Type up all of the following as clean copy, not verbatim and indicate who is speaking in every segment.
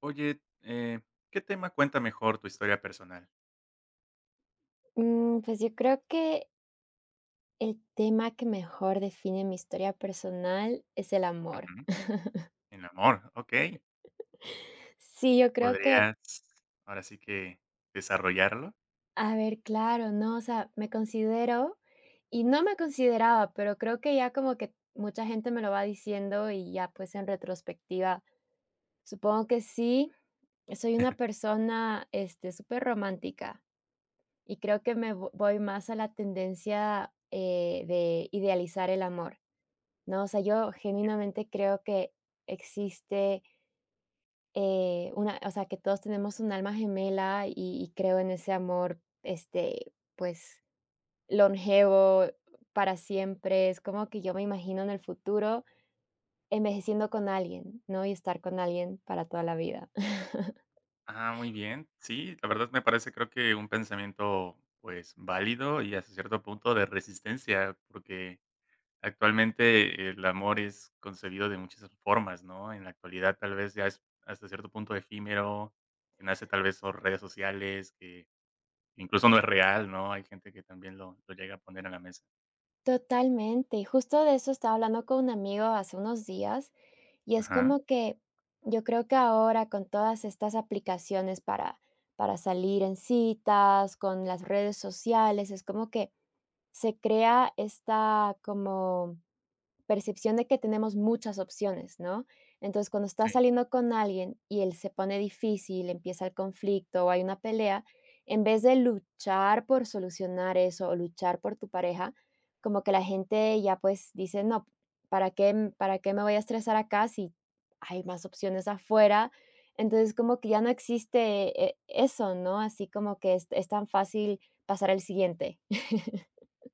Speaker 1: Oye, ¿qué tema cuenta mejor tu historia personal?
Speaker 2: Pues yo creo que el tema que mejor define mi historia personal es el amor.
Speaker 1: Ujú, el amor, ¿ok?
Speaker 2: Sí, yo creo que
Speaker 1: ¿Podrías ahora sí que desarrollarlo?
Speaker 2: a ver, claro, ¿no? O sea, me considero y no me consideraba, pero creo que ya como que mucha gente me lo va diciendo y ya pues en retrospectiva, supongo que sí, soy una persona, este, súper romántica y creo que me vo voy más a la tendencia, de idealizar el amor. ¿No? O sea, yo genuinamente creo que existe una, o sea, que todos tenemos un alma gemela y creo en ese amor, este, pues, longevo para siempre. Es como que yo me imagino en el futuro envejeciendo con alguien, ¿no? Y estar con alguien para toda la vida.
Speaker 1: Ah, muy bien. Sí, la verdad me parece creo que un pensamiento, pues, válido y hasta cierto punto de resistencia, porque actualmente el amor es concebido de muchas formas, ¿no? En la actualidad tal vez ya es hasta cierto punto efímero, que nace tal vez por redes sociales, que incluso no es real, ¿no? Hay gente que también lo llega a poner en la mesa.
Speaker 2: Totalmente. Y justo de eso estaba hablando con un amigo hace unos días, y es
Speaker 1: Ajá,
Speaker 2: como que yo creo que ahora con todas estas aplicaciones para salir en citas, con las redes sociales, es como que se crea esta como percepción de que tenemos muchas opciones, ¿no? Entonces, cuando estás
Speaker 1: sí.
Speaker 2: saliendo con alguien y él se pone difícil, empieza el conflicto o hay una pelea, en vez de luchar por solucionar eso o luchar por tu pareja, como que la gente ya pues dice, no, para qué me voy a estresar acá si hay más opciones afuera? Entonces, como que ya no existe eso, ¿no? Así como que es tan fácil pasar al siguiente.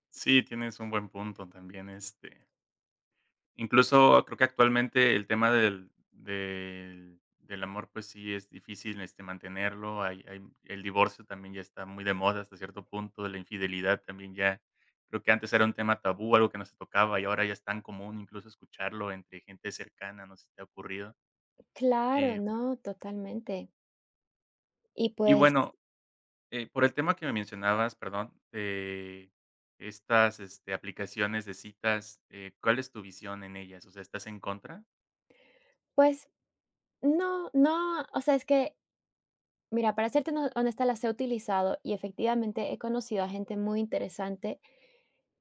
Speaker 1: Sí, tienes un buen punto también, este, incluso creo que actualmente el tema del amor, pues sí es difícil, este, mantenerlo, hay el divorcio también ya está muy de moda hasta cierto punto, la infidelidad también ya creo que antes era un tema tabú, algo que no se tocaba, y ahora ya es tan común incluso escucharlo entre gente cercana, no sé si te ha ocurrido.
Speaker 2: Claro,
Speaker 1: eh,
Speaker 2: no, totalmente. Y
Speaker 1: y
Speaker 2: pues,
Speaker 1: bueno Eh, por el tema que me mencionabas, perdón, de estas, este, aplicaciones de citas, ¿cuál es tu visión en ellas? O sea, ¿estás en contra?
Speaker 2: pues no, no, o sea, es que, mira, para serte no honesta, las he utilizado y efectivamente he conocido a gente muy interesante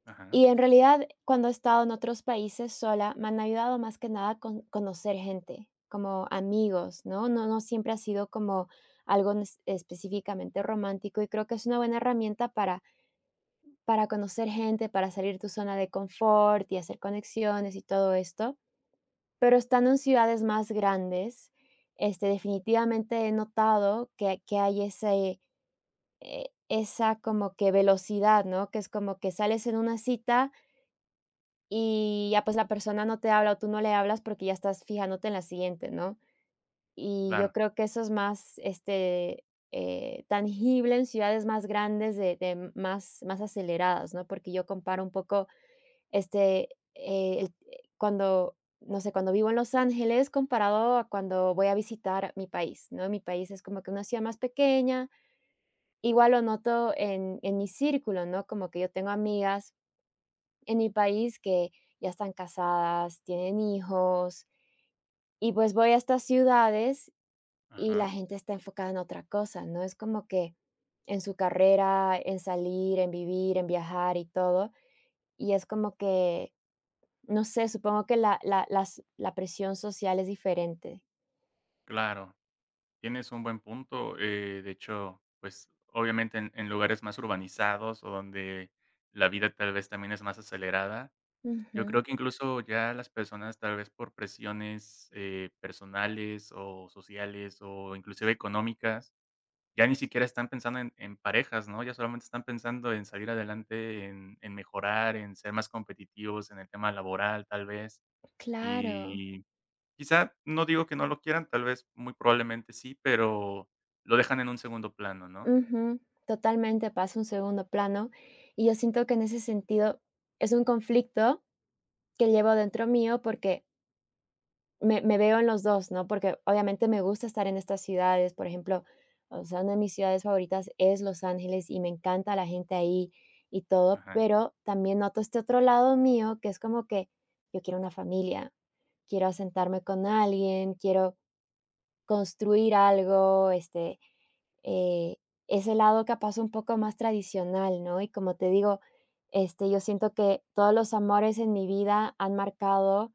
Speaker 1: Ajá,
Speaker 2: y en realidad cuando he estado en otros países sola, me han ayudado más que nada con conocer gente, como amigos, ¿no? No siempre ha sido como algo nes específicamente romántico y creo que es una buena herramienta para conocer gente, para salir de tu zona de confort y hacer conexiones y todo esto. Pero estando en ciudades más grandes, este, definitivamente he notado que hay ese, esa como que velocidad, ¿no? Que es como que sales en una cita y ya, pues, la persona no te habla o tú no le hablas porque ya estás fijándote en la siguiente, ¿no? Y yo
Speaker 1: claro,
Speaker 2: creo que eso es más, este, tangible en ciudades más grandes de más aceleradas, ¿no? Porque yo comparo un poco este, el cuando, no sé, cuando vivo en Los Ángeles comparado a cuando voy a visitar mi país, ¿no? Mi país es como que una ciudad más pequeña, igual lo noto en mi círculo, ¿no? Como que yo tengo amigas en mi país que ya están casadas, tienen hijos, y pues voy a estas ciudades y la
Speaker 1: ajá,
Speaker 2: gente está enfocada en otra cosa, ¿no? Es como que en su carrera, en salir, en vivir, en viajar y todo, y es como que no sé, supongo que la presión social es diferente.
Speaker 1: claro. Tienes un buen punto. De hecho, pues obviamente en lugares más urbanizados o donde la vida tal vez también es más acelerada, yo
Speaker 2: Ujú,
Speaker 1: creo que incluso ya las personas tal vez por presiones personales o sociales o inclusive económicas, ya ni siquiera están pensando en parejas, ¿no? Ya solamente están pensando en salir adelante, en mejorar, en ser más competitivos en el tema laboral, tal vez.
Speaker 2: claro.
Speaker 1: Y quizá, no digo que no lo quieran, tal vez, muy probablemente sí, pero lo dejan en un segundo plano, ¿no?
Speaker 2: Ujú, totalmente pasa un segundo plano, y yo siento que en ese sentido es un conflicto que llevo dentro mío porque Me veo en los dos, ¿no? Porque obviamente me gusta estar en estas ciudades, por ejemplo, o sea, una de mis ciudades favoritas es Los Ángeles y me encanta la gente ahí y todo,
Speaker 1: Ajá.
Speaker 2: pero también noto este otro lado mío que es como que yo quiero una familia, quiero asentarme con alguien, quiero construir algo, este, eh, ese lado capaz un poco más tradicional, ¿no? Y como te digo, este, yo siento que todos los amores en mi vida han marcado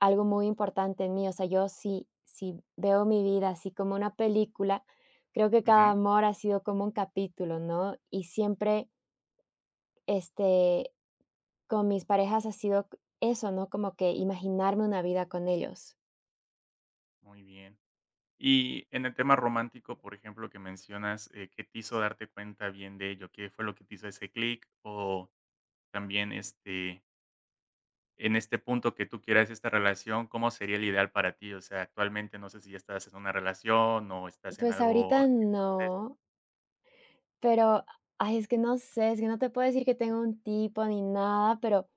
Speaker 2: algo muy importante en mí, o sea, yo sí veo mi vida así como una película, creo que
Speaker 1: Ujú.
Speaker 2: cada amor ha sido como un capítulo, ¿no? Y siempre, este, con mis parejas ha sido eso, ¿no? Como que imaginarme una vida con ellos.
Speaker 1: Muy bien. Y en el tema romántico, por ejemplo, que mencionas, ¿qué te hizo darte cuenta bien de ello? ¿Qué fue lo que te hizo ese clic? O también, este, en este punto que tú quieras esta relación, ¿cómo sería el ideal para ti? O sea, actualmente no sé si ya estás en una relación o estás en
Speaker 2: Pues
Speaker 1: algo
Speaker 2: ahorita
Speaker 1: en proceso.
Speaker 2: no, pero, ay, es que no sé, es que no te puedo decir que tengo un tipo ni nada, pero,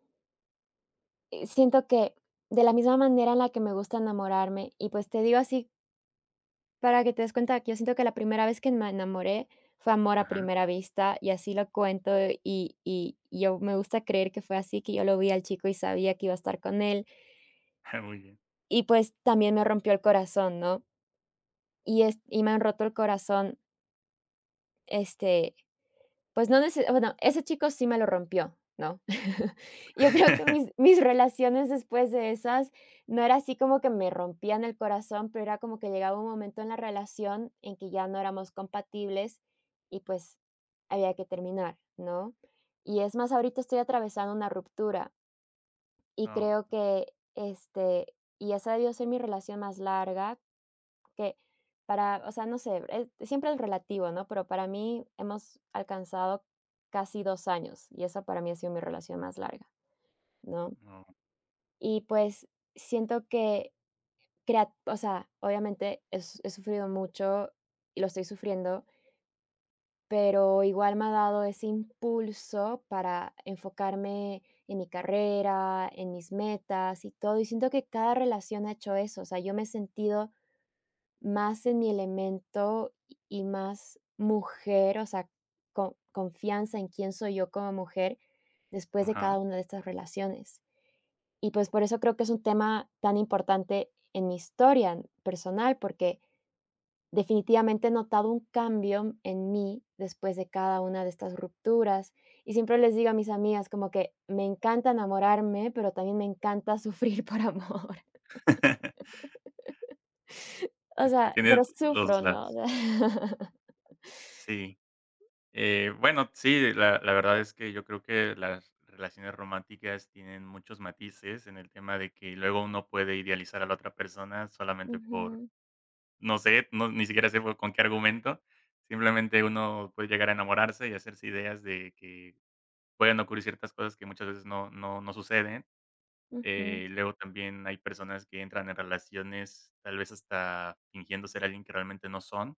Speaker 2: siento que de la misma manera en la que me gusta enamorarme, y pues te digo así, para que te des cuenta que yo siento que la primera vez que me enamoré fue amor a
Speaker 1: Ajá.
Speaker 2: primera vista y así lo cuento y yo me gusta creer que fue así, que yo lo vi al chico y sabía que iba a estar con él
Speaker 1: Muy bien.
Speaker 2: y, pues, también me rompió el corazón, ¿no? Y es y me han roto el corazón, este, pues no neces bueno, ese chico sí me lo rompió, ¿no? Yo creo que mis mis relaciones después de esas, no era así como que me rompían el corazón, pero era como que llegaba un momento en la relación en que ya no éramos compatibles y, pues, había que terminar, ¿no? Y es más, ahorita estoy atravesando una ruptura y
Speaker 1: No,
Speaker 2: creo que, este, y esa debió ser mi relación más larga que para, o sea, no sé, siempre es relativo, ¿no? Pero para mí hemos alcanzado casi 2 años y eso para mí ha sido mi relación más larga, ¿no?
Speaker 1: no,
Speaker 2: Y pues siento que, o sea, obviamente he sufrido mucho y lo estoy sufriendo, pero igual me ha dado ese impulso para enfocarme en mi carrera, en mis metas y todo. Y siento que cada relación ha hecho eso, o sea, yo me he sentido más en mi elemento y más mujer, o sea, co confianza en quién soy yo como mujer después de cada
Speaker 1: ajá.
Speaker 2: una de estas relaciones. Y, pues, por eso creo que es un tema tan importante en mi historia personal, porque definitivamente he notado un cambio en mí después de cada una de estas rupturas. Y siempre les digo a mis amigas como que me encanta enamorarme, pero también me encanta sufrir por amor. O
Speaker 1: Este,
Speaker 2: sea,
Speaker 1: tienes
Speaker 2: pero sufro,
Speaker 1: los
Speaker 2: ¿no?
Speaker 1: lados. Sí. Bueno, sí, la verdad es que yo creo que las relaciones románticas tienen muchos matices en el tema de que luego uno puede idealizar a la otra persona solamente por...
Speaker 2: Ujú,
Speaker 1: No sé, no, ni siquiera sé con qué argumento. Simplemente uno puede llegar a enamorarse y hacerse ideas de que pueden ocurrir ciertas cosas que muchas veces no, no, no suceden.
Speaker 2: ujú.
Speaker 1: Luego también hay personas que entran en relaciones tal vez hasta fingiendo ser alguien que realmente no son,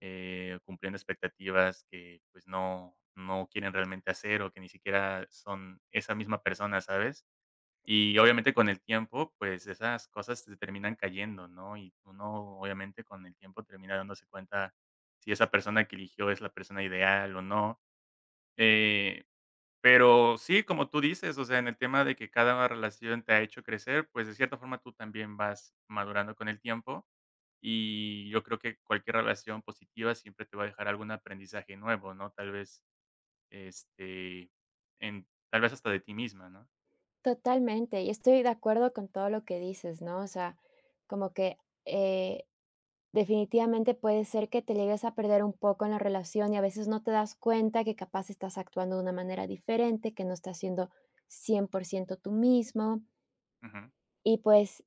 Speaker 1: cumpliendo expectativas que pues no, no quieren realmente hacer o que ni siquiera son esa misma persona, ¿sabes? Y obviamente con el tiempo, pues esas cosas se terminan cayendo, ¿no? Y uno obviamente con el tiempo termina dándose cuenta si esa persona que eligió es la persona ideal o no. Eh, pero sí, como tú dices, o sea, en el tema de que cada relación te ha hecho crecer, pues de cierta forma tú también vas madurando con el tiempo y yo creo que cualquier relación positiva siempre te va a dejar algún aprendizaje nuevo, ¿no? Tal vez, este, en, tal vez hasta de ti misma, ¿no?
Speaker 2: Totalmente, y estoy de acuerdo con todo lo que dices, ¿no? O sea, como que, eh, definitivamente puede ser que te llegues a perder un poco en la relación y a veces no te das cuenta que capaz estás actuando de una manera diferente, que no estás siendo 100% tú mismo.
Speaker 1: Ujú,
Speaker 2: Y pues,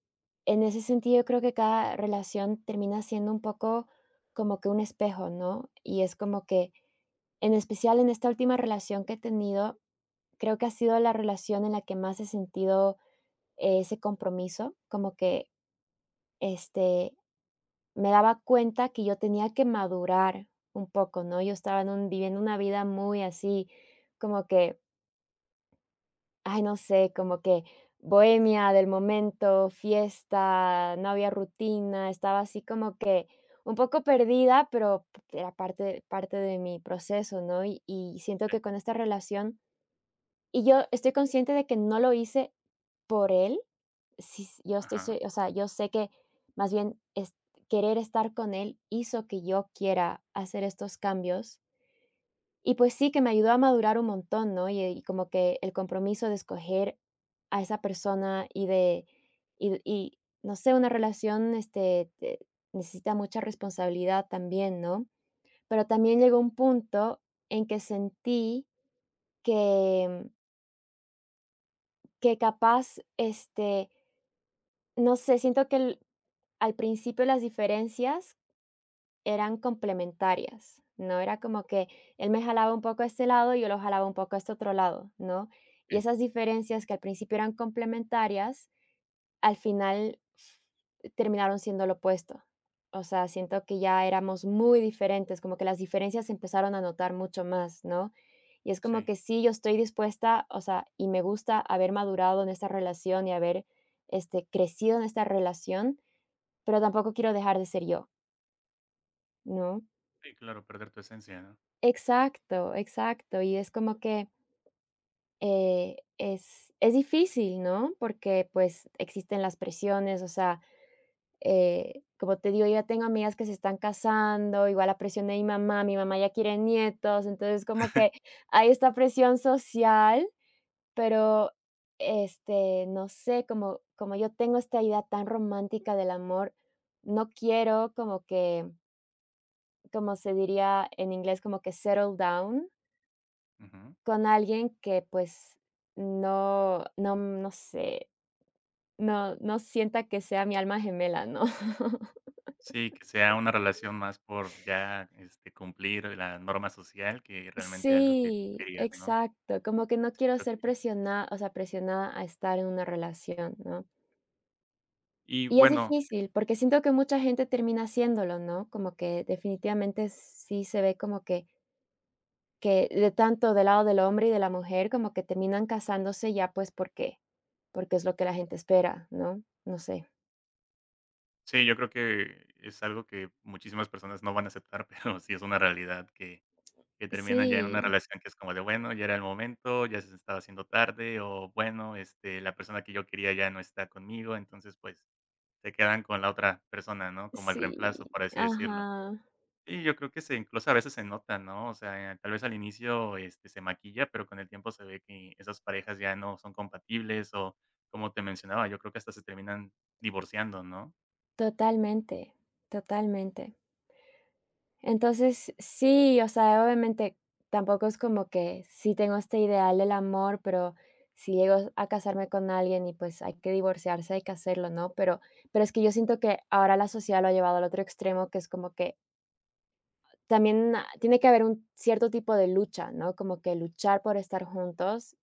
Speaker 2: en ese sentido, yo creo que cada relación termina siendo un poco como que un espejo, ¿no? Y es como que, en especial en esta última relación que he tenido, creo que ha sido la relación en la que más he sentido ese compromiso, como que, este, me daba cuenta que yo tenía que madurar un poco, ¿no? Yo estaba en un viviendo una vida muy así, como que, ay, no sé, como que bohemia del momento, fiesta, no había rutina, estaba así como que un poco perdida, pero era parte de mi proceso, ¿no? Y siento que
Speaker 1: sí,
Speaker 2: con esta relación y yo estoy consciente de que no lo hice por él, sí, yo estoy,
Speaker 1: ajá,
Speaker 2: o sea, yo sé que más bien es, querer estar con él hizo que yo quiera hacer estos cambios. Y pues sí, que me ayudó a madurar un montón, ¿no? Y como que el compromiso de escoger a esa persona y no sé, una relación este, necesita mucha responsabilidad también, ¿no? Pero también llegó un punto en que sentí que, que capaz, este, no sé, siento que al principio las diferencias eran complementarias, ¿no? Era como que él me jalaba un poco a este lado y yo lo jalaba un poco a este otro lado, ¿no? Y
Speaker 1: sí,
Speaker 2: esas diferencias que al principio eran complementarias, al final terminaron siendo lo opuesto. O sea, siento que ya éramos muy diferentes, como que las diferencias se empezaron a notar mucho más, ¿no? Y es como
Speaker 1: sí.
Speaker 2: que sí, yo estoy dispuesta, o sea, y me gusta haber madurado en esta relación y haber este, crecido en esta relación, pero tampoco quiero dejar de ser yo, ¿no?
Speaker 1: Sí, claro, perder tu esencia, ¿no?
Speaker 2: Exacto, exacto. Y es como que es difícil, ¿no? Porque pues existen las presiones, o sea, como te digo, yo ya tengo amigas que se están casando, igual la presión de mi mamá ya quiere nietos, entonces como que hay esta presión social, pero este, no sé, como yo tengo esta idea tan romántica del amor, no quiero como que como se diría en inglés, como que settle down
Speaker 1: Ujú.
Speaker 2: con alguien que, pues, no sé, no no sienta que sea mi alma gemela, ¿no?
Speaker 1: Sí, que sea una relación más por ya, este, cumplir la norma social que realmente algo que
Speaker 2: Sí,
Speaker 1: querías, ¿no?
Speaker 2: exacto, como que no
Speaker 1: Sí,
Speaker 2: quiero
Speaker 1: creo
Speaker 2: ser
Speaker 1: que
Speaker 2: presiona o sea, presionada a estar en una relación, ¿no?
Speaker 1: y
Speaker 2: Y es
Speaker 1: bueno,
Speaker 2: difícil, porque siento que mucha gente termina haciéndolo, ¿no? Como que definitivamente sí se ve como que de tanto del lado del hombre y de la mujer, como que terminan casándose ya, pues, porque porque es lo que la gente espera, ¿no? No sé.
Speaker 1: sí, yo creo que es algo que muchísimas personas no van a aceptar, pero sí es una realidad que terminan ya en una
Speaker 2: Sí,
Speaker 1: relación que es como de, bueno, ya era el momento, ya se estaba haciendo tarde o bueno, este, la persona que yo quería ya no está conmigo, entonces, pues, se quedan con la otra persona, ¿no? Como el
Speaker 2: sí,
Speaker 1: reemplazo, por así decirlo.
Speaker 2: ajá,
Speaker 1: Sí, yo creo que se incluso a veces se nota, ¿no? O sea, tal vez al inicio, este, se maquilla, pero con el tiempo se ve que esas parejas ya no son compatibles o, como te mencionaba, yo creo que hasta se terminan divorciando, ¿no?
Speaker 2: totalmente, totalmente. Entonces, sí, o sea, obviamente tampoco es como que sí tengo este ideal del amor, pero si llego a casarme con alguien y pues hay que divorciarse, hay que hacerlo, ¿no? Pero es que yo siento que ahora la sociedad lo ha llevado al otro extremo, que es como que también ah, tiene que haber un cierto tipo de lucha, ¿no? Como que luchar por estar juntos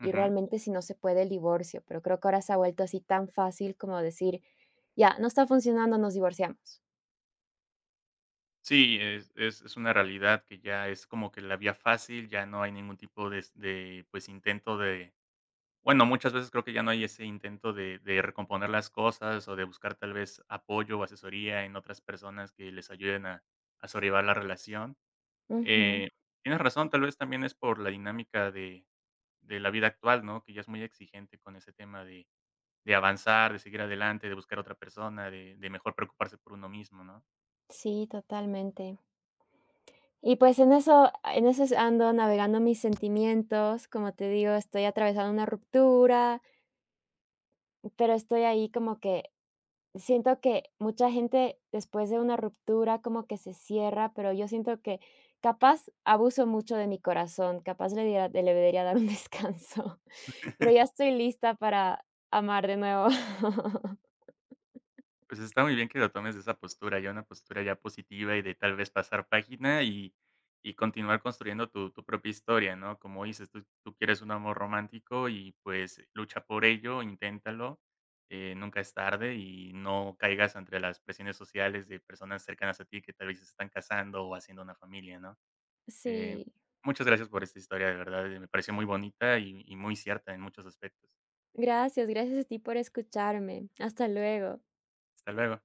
Speaker 2: y
Speaker 1: Ujú.
Speaker 2: realmente si no se puede el divorcio, pero creo que ahora se ha vuelto así tan fácil como decir, ya, no está funcionando, nos divorciamos.
Speaker 1: Sí, es una realidad que ya es como que la vía fácil, ya no hay ningún tipo de, pues, intento de... bueno, muchas veces creo que ya no hay ese intento de recomponer las cosas o de buscar tal vez apoyo o asesoría en otras personas que les ayuden a sobrellevar la relación.
Speaker 2: Ujú.
Speaker 1: Eh, tienes razón, tal vez también es por la dinámica de la vida actual, ¿no? Que ya es muy exigente con ese tema de avanzar, de seguir adelante, de buscar otra persona, de mejor preocuparse por uno mismo, ¿no?
Speaker 2: Sí, totalmente. Y pues en eso, ando navegando mis sentimientos, como te digo, estoy atravesando una ruptura, pero estoy ahí como que siento que mucha gente después de una ruptura como que se cierra, pero yo siento que capaz abuso mucho de mi corazón, capaz le debería dar un descanso, pero ya estoy lista para amar de nuevo.
Speaker 1: Pues está muy bien que lo tomes de esa postura, ya una postura ya positiva y de tal vez pasar página y continuar construyendo tu propia historia, ¿no? Como dices, tú quieres un amor romántico y pues lucha por ello, inténtalo, nunca es tarde y no caigas entre las presiones sociales de personas cercanas a ti que tal vez se están casando o haciendo una familia, ¿no? Eh,
Speaker 2: Sí,
Speaker 1: muchas gracias por esta historia, de verdad, me pareció muy bonita y muy cierta en muchos aspectos.
Speaker 2: gracias, gracias a ti por escucharme. Hasta luego.
Speaker 1: Hasta luego.